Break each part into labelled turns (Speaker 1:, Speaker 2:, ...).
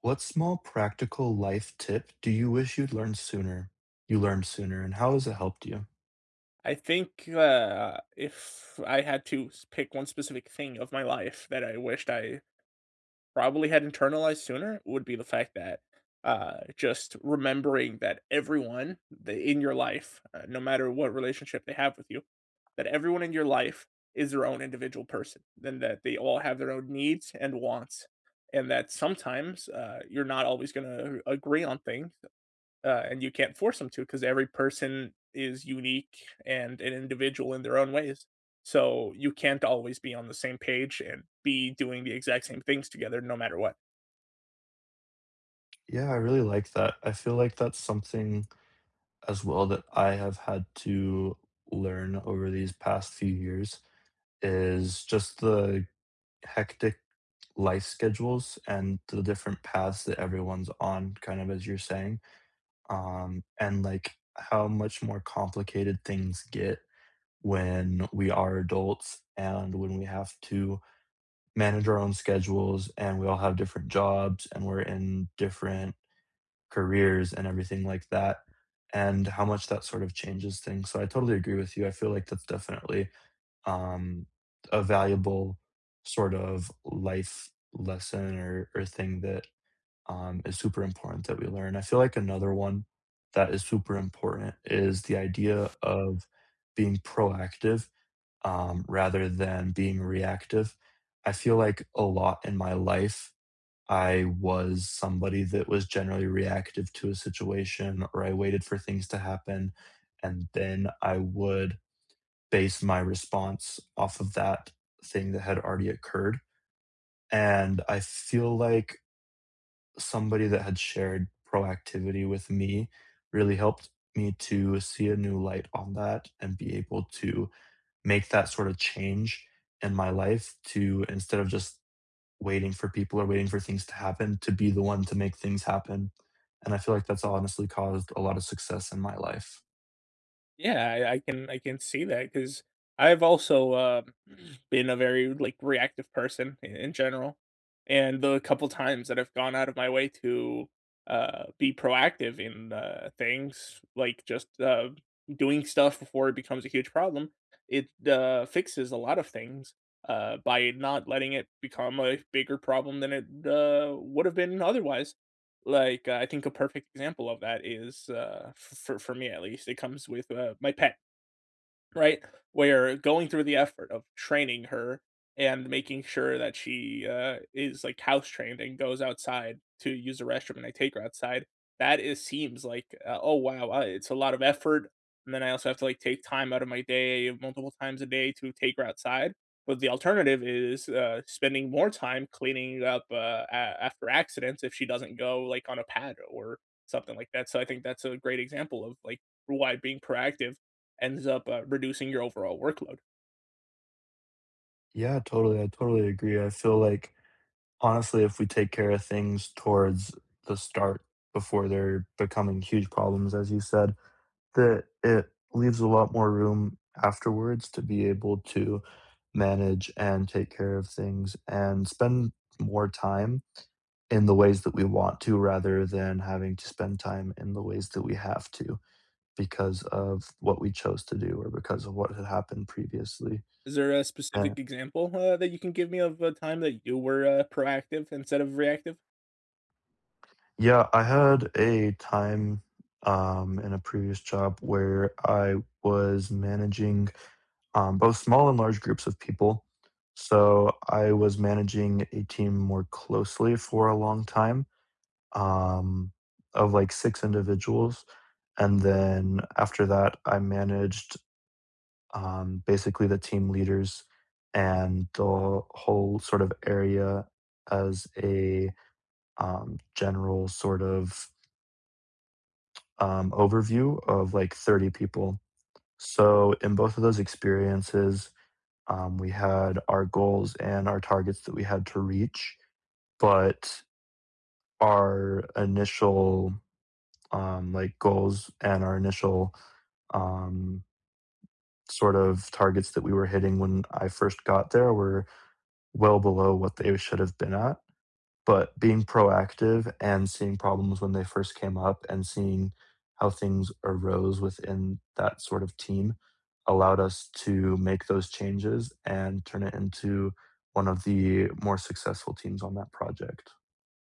Speaker 1: What small practical life tip do you wish you'd learned sooner? You learned sooner, and how has it helped you?
Speaker 2: I think, if I had to s pick one specific thing of my life that I wished I probably had internalized sooner, it would be the fact that, just remembering that everyone that in your life, no matter what relationship they have with you, that everyone in your life is their own individual person, and that they all have their own needs and wants, and that sometimes, you're not always gonna agree on things. And you can't force them to because every person is unique and an individual in their own ways. So you can't always be on the same page and be doing the exact same things together no matter what.
Speaker 1: Yeah, I really like that. I feel like that's something as well that I have had to learn over these past few years is just the hectic life schedules and the different paths that everyone's on, kind of as you're saying, and like how much more complicated things get when we are adults and when we have to manage our own schedules and we all have different jobs and we're in different careers and everything like that and how much that sort of changes things. So I totally agree with you. I feel like that's definitely um, a valuable sort of life lesson or thing that is super important that we learn. I feel like another one that is super important is the idea of being proactive, rather than being reactive. I feel like a lot in my life, I was somebody that was generally reactive to a situation, or I waited for things to happen. And then I would base my response off of that thing that had already occurred. And I feel like somebody that had shared proactivity with me really helped me to see a new light on that and be able to make that sort of change in my life, to instead of just waiting for people or waiting for things to happen, to be the one to make things happen. And I feel like that's honestly caused a lot of success in my life.
Speaker 2: Yeah, I can see that because I've also been a very like reactive person in general, and the couple times that I've gone out of my way to be proactive in things, like just doing stuff before it becomes a huge problem, it fixes a lot of things by not letting it become a bigger problem than it would have been otherwise. Like, I think a perfect example of that is, f for me at least. It comes with, my pet. Right? Where going through the effort of training her and making sure that she, is, like, house trained and goes outside to use the restroom, and I take her outside, that is seems like, "Oh, wow, it's a lot of effort," and then I also have to, like, take time out of my day multiple times a day to take her outside. But the alternative is, spending more time cleaning up, a after accidents if she doesn't go, like, on a pad or something like that. So I think that's a great example of, like, why being proactive ends up, reducing your overall workload.
Speaker 1: Yeah, totally. I totally agree. I feel like honestly, if we take care of things towards the start before they're becoming huge problems, as you said, that it leaves a lot more room afterwards to be able to manage and take care of things and spend more time in the ways that we want to, rather than having to spend time in the ways that we have to because of what we chose to do or because of what had happened previously.
Speaker 2: Is there a
Speaker 1: And
Speaker 2: specific example, that you can give me of a time that you were, proactive instead of reactive?
Speaker 1: yeah, I had a time in a previous job where I was managing both small and large groups of people. So I was managing a team more closely for a long time, um, of like 6 individuals. And then after that, I managed basically the team leaders and the whole sort of area as a general sort of overview of like 30 people. So, in both of those experiences, we had our goals and our targets that we had to reach, but our initial like goals and our initial um, sort of targets that we were hitting when I first got there were well below what they should have been at. But being proactive and seeing problems when they first came up and seeing how things arose within that sort of team allowed us to make those changes and turn it into one of the more successful teams on that project.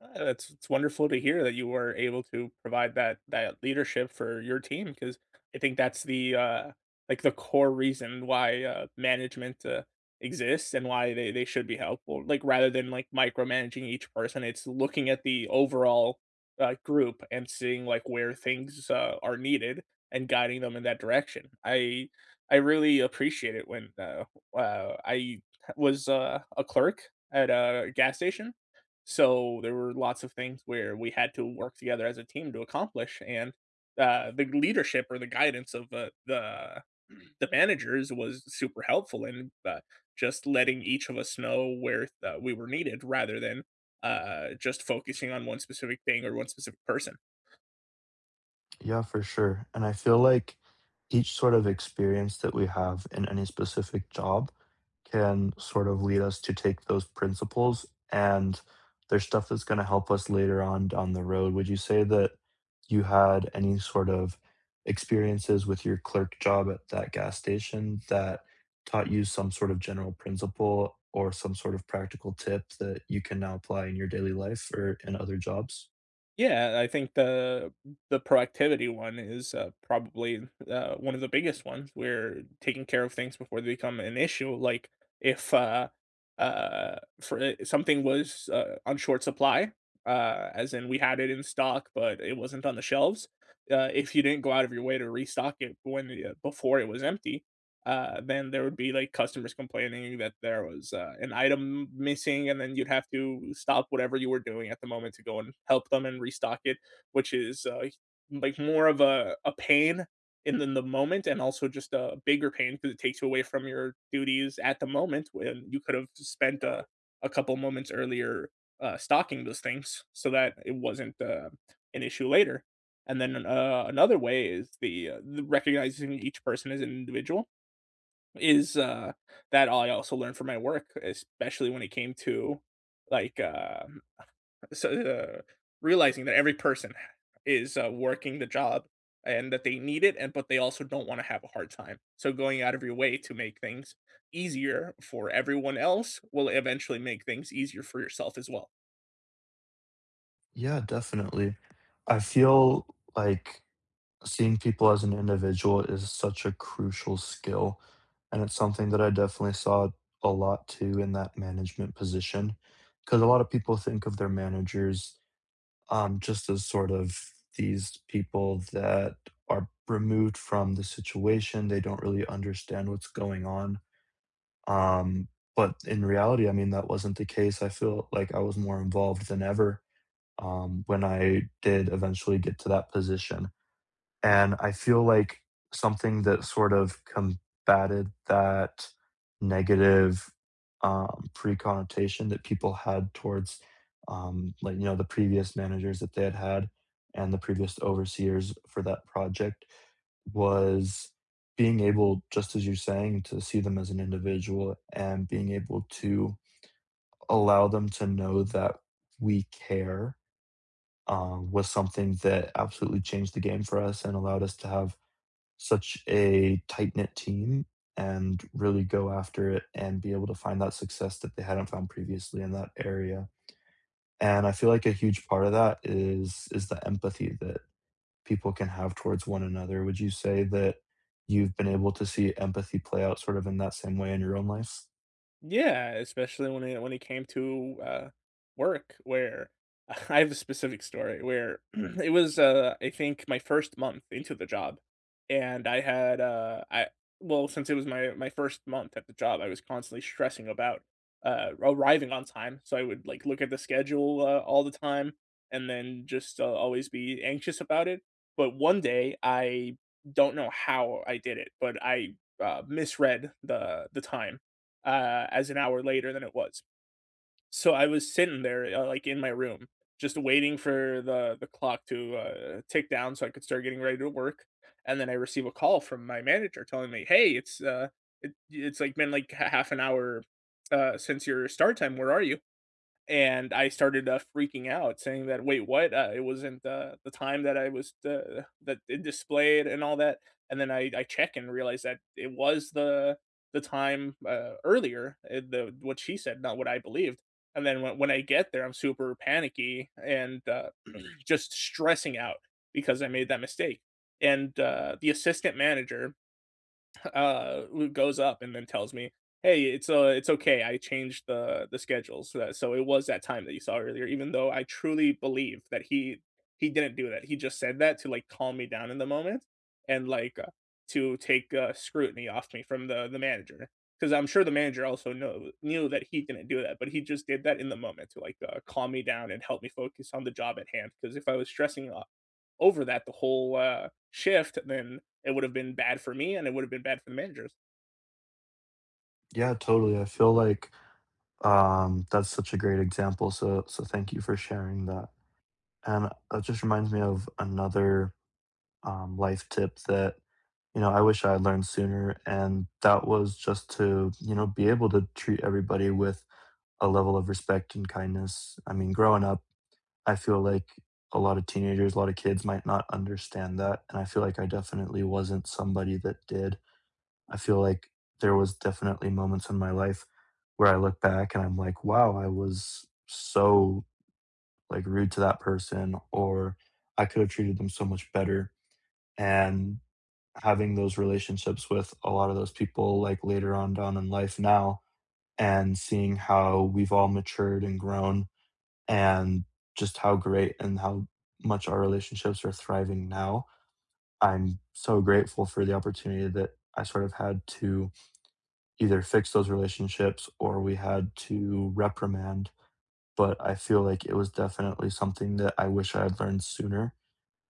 Speaker 2: That's it's wonderful to hear that you were able to provide that leadership for your team, because I think that's the like the core reason why management exists and why they should be helpful. Like, rather than like micromanaging each person, it's looking at the overall group and seeing like where things are needed and guiding them in that direction. I really appreciate it when I was a clerk at a gas station, so there were lots of things where we had to work together as a team to accomplish, and the leadership or the guidance of the the managers was super helpful in just letting each of us know where we were needed, rather than just focusing on one specific thing or one specific person.
Speaker 1: Yeah, for sure. And I feel like each sort of experience that we have in any specific job can sort of lead us to take those principles, and there's stuff that's going to help us later on down the road. Would you say that you had any sort of experiences with your clerk job at that gas station that taught you some sort of general principle or some sort of practical tip that you can now apply in your daily life or in other jobs?
Speaker 2: Yeah, I think the proactivity one is, probably, one of the biggest ones. We're taking care of things before they become an issue, like, if, uh, for I something was, on short supply, as in we had it in stock, but it wasn't on the shelves. Uh, if you didn't go out of your way to restock it before it was empty, then there would be, like, customers complaining that there was, an item missing, and then you'd have to stop whatever you were doing at the moment to go and help them and restock it, which is, like, more of a pain in the moment, and also just a bigger pain because it takes you away from your duties at the moment when you could have spent a couple moments earlier, stocking those things so that it wasn't, an issue later. And then, another way is the recognizing each person as an individual. Is, uh, that I also learned from my work, especially when it came to, like, so, realizing that every person is, working the job, and that they need it, and but they also don't wanna have a hard time. So going out of your way to make things easier for everyone else will eventually make things easier for yourself as well.
Speaker 1: Yeah, definitely. I feel like seeing people as an individual is such a crucial skill, and it's something that I definitely saw a lot too in that management position. Because a lot of people think of their managers, just as sort of these people that are removed from the situation, they don't really understand what's going on, um, but in reality, I mean, that wasn't the case. I feel like I was more involved than ever when I did eventually get to that position. And I feel like something that sort of combated that negative pre connotation that people had towards, like, you know, the previous managers that they had had and the previous overseers for that project was being able, just as you're saying, to see them as an individual and being able to allow them to know that we care was something that absolutely changed the game for us and allowed us to have such a tight knit team and really go after it and be able to find that success that they hadn't found previously in that area. And I feel like a huge part of that is the empathy that people can have towards one another. Would you say that you've been able to see empathy play out sort of in that same way in your own life?
Speaker 2: Yeah, especially when it came to, work, where I have a specific story where it was, I think my first month into the job. And I had, I well, since it was my first month at the job, I was constantly stressing about, arriving on time, so I would, like, look at the schedule, all the time, and then just, always be anxious about it. But one day, I don't know how I did it, but I, misread the time as an hour later than it was. So I was sitting there, like in my room, just waiting for the clock to tick down so I could start getting ready to work. And then I receive a call from my manager telling me, "Hey, it's like been like half an hour since your start time. Where are you?" And I started, freaking out, saying that, "Wait, what? It wasn't the time that I was the that it displayed and all that." And then I check and realize that it was the time, earlier, eh, the what she said, not what I believed. And then when I get there, I'm super panicky and, just stressing out because I made that mistake. The assistant manager Luke goes up and then tells me, "Hey, it's okay. I changed the schedule, so it was that time that you saw earlier." Even though I truly believe that he didn't do that. He just said that to like calm me down in the moment, and like to take scrutiny off me from the manager. Because I'm sure the manager also knew that he didn't do that, but he just did that in the moment to like calm me down and help me focus on the job at hand. Because if I was stressing over that the whole, shift, then it would have been bad for me and it would have been bad for the managers.
Speaker 1: Yeah, totally. I feel like that's such a great example. So thank you for sharing that. And that just reminds me of another life tip that, you know, I wish I had learned sooner. And that was just to, you know, be able to treat everybody with a level of respect and kindness. I mean, growing up, I feel like a lot of teenagers, a lot of kids might not understand that. And I feel like I definitely wasn't somebody that did. I feel like there was definitely moments in my life where I look back and I'm like, wow, I was so like rude to that person, or I could have treated them so much better. And having those relationships with a lot of those people like later on down in life now, and seeing how we've all matured and grown, and just how great and how much our relationships are thriving now. I'm so grateful for the opportunity that I sort of had to either fix those relationships or we had to reprimand. But I feel like it was definitely something that I wish I had learned sooner,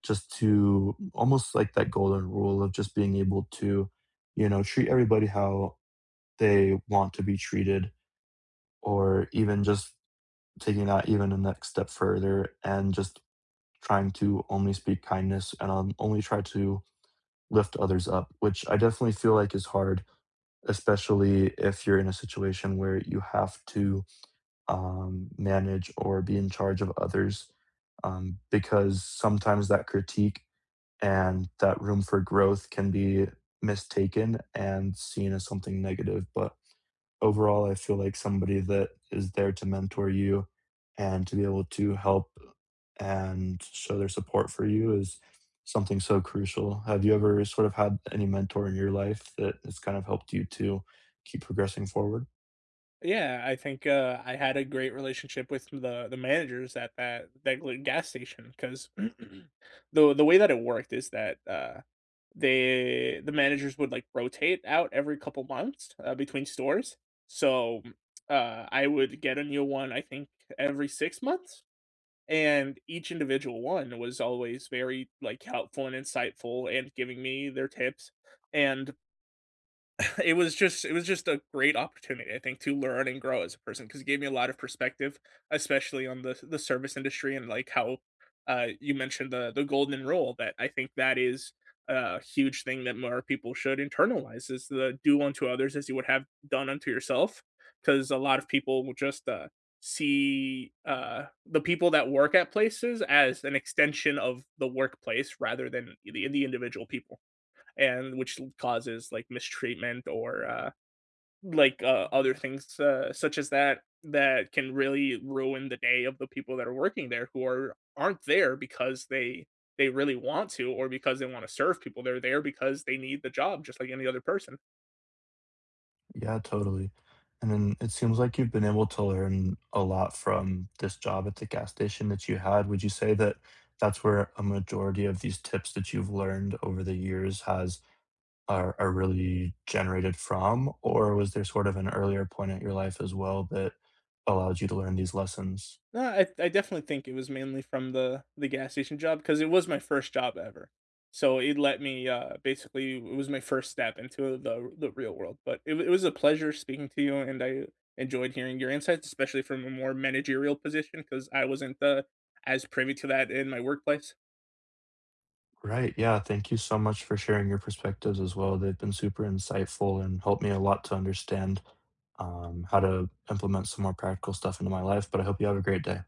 Speaker 1: just to almost like that golden rule of just being able to, you know, treat everybody how they want to be treated, or even just taking that even a next step further and just trying to only speak kindness and only try to lift others up, which I definitely feel like is hard, especially if you're in a situation where you have to manage or be in charge of others. Because sometimes that critique and that room for growth can be mistaken and seen as something negative. But overall, I feel like somebody that is there to mentor you and to be able to help and show their support for you is something so crucial. Have you ever sort of had any mentor in your life that has kind of helped you to keep progressing forward?
Speaker 2: Yeah, I think, I had a great relationship with the managers at that that gl gas station, because the way that it worked is that, the managers would, like, rotate out every couple months, between stores. So, I would get a new one, I think, every 6 months? And each individual one was always very, like, helpful and insightful and giving me their tips, and it was just a great opportunity, I think, to learn and grow as a person because it gave me a lot of perspective, especially on the service industry. And like how you mentioned the golden rule, that I think that is a huge thing that more people should internalize, is the do unto others as you would have done unto yourself. Because a lot of people will just see the people that work at places as an extension of the workplace rather than the individual people, and which causes like mistreatment or like other things such as that, that can really ruin the day of the people that are working there, who aren't there because they really want to or because they want to serve people. They're there because they need the job, just like any other person.
Speaker 1: Yeah, totally. And then it seems like you've been able to learn a lot from this job at the gas station that you had. Would you say that that's where a majority of these tips that you've learned over the years has are really generated from? Or was there sort of an earlier point at your life as well that allowed you to learn these lessons?
Speaker 2: No, I definitely think it was mainly from the gas station job because it was my first job ever. So it let me, basically, it was my first step into the real world. But it was a pleasure speaking to you, and I enjoyed hearing your insights, especially from a more managerial position, because I wasn't, as privy to that in my workplace.
Speaker 1: Right. Yeah. Thank you so much for sharing your perspectives as well. They've been super insightful and helped me a lot to understand how to implement some more practical stuff into my life. But I hope you have a great day.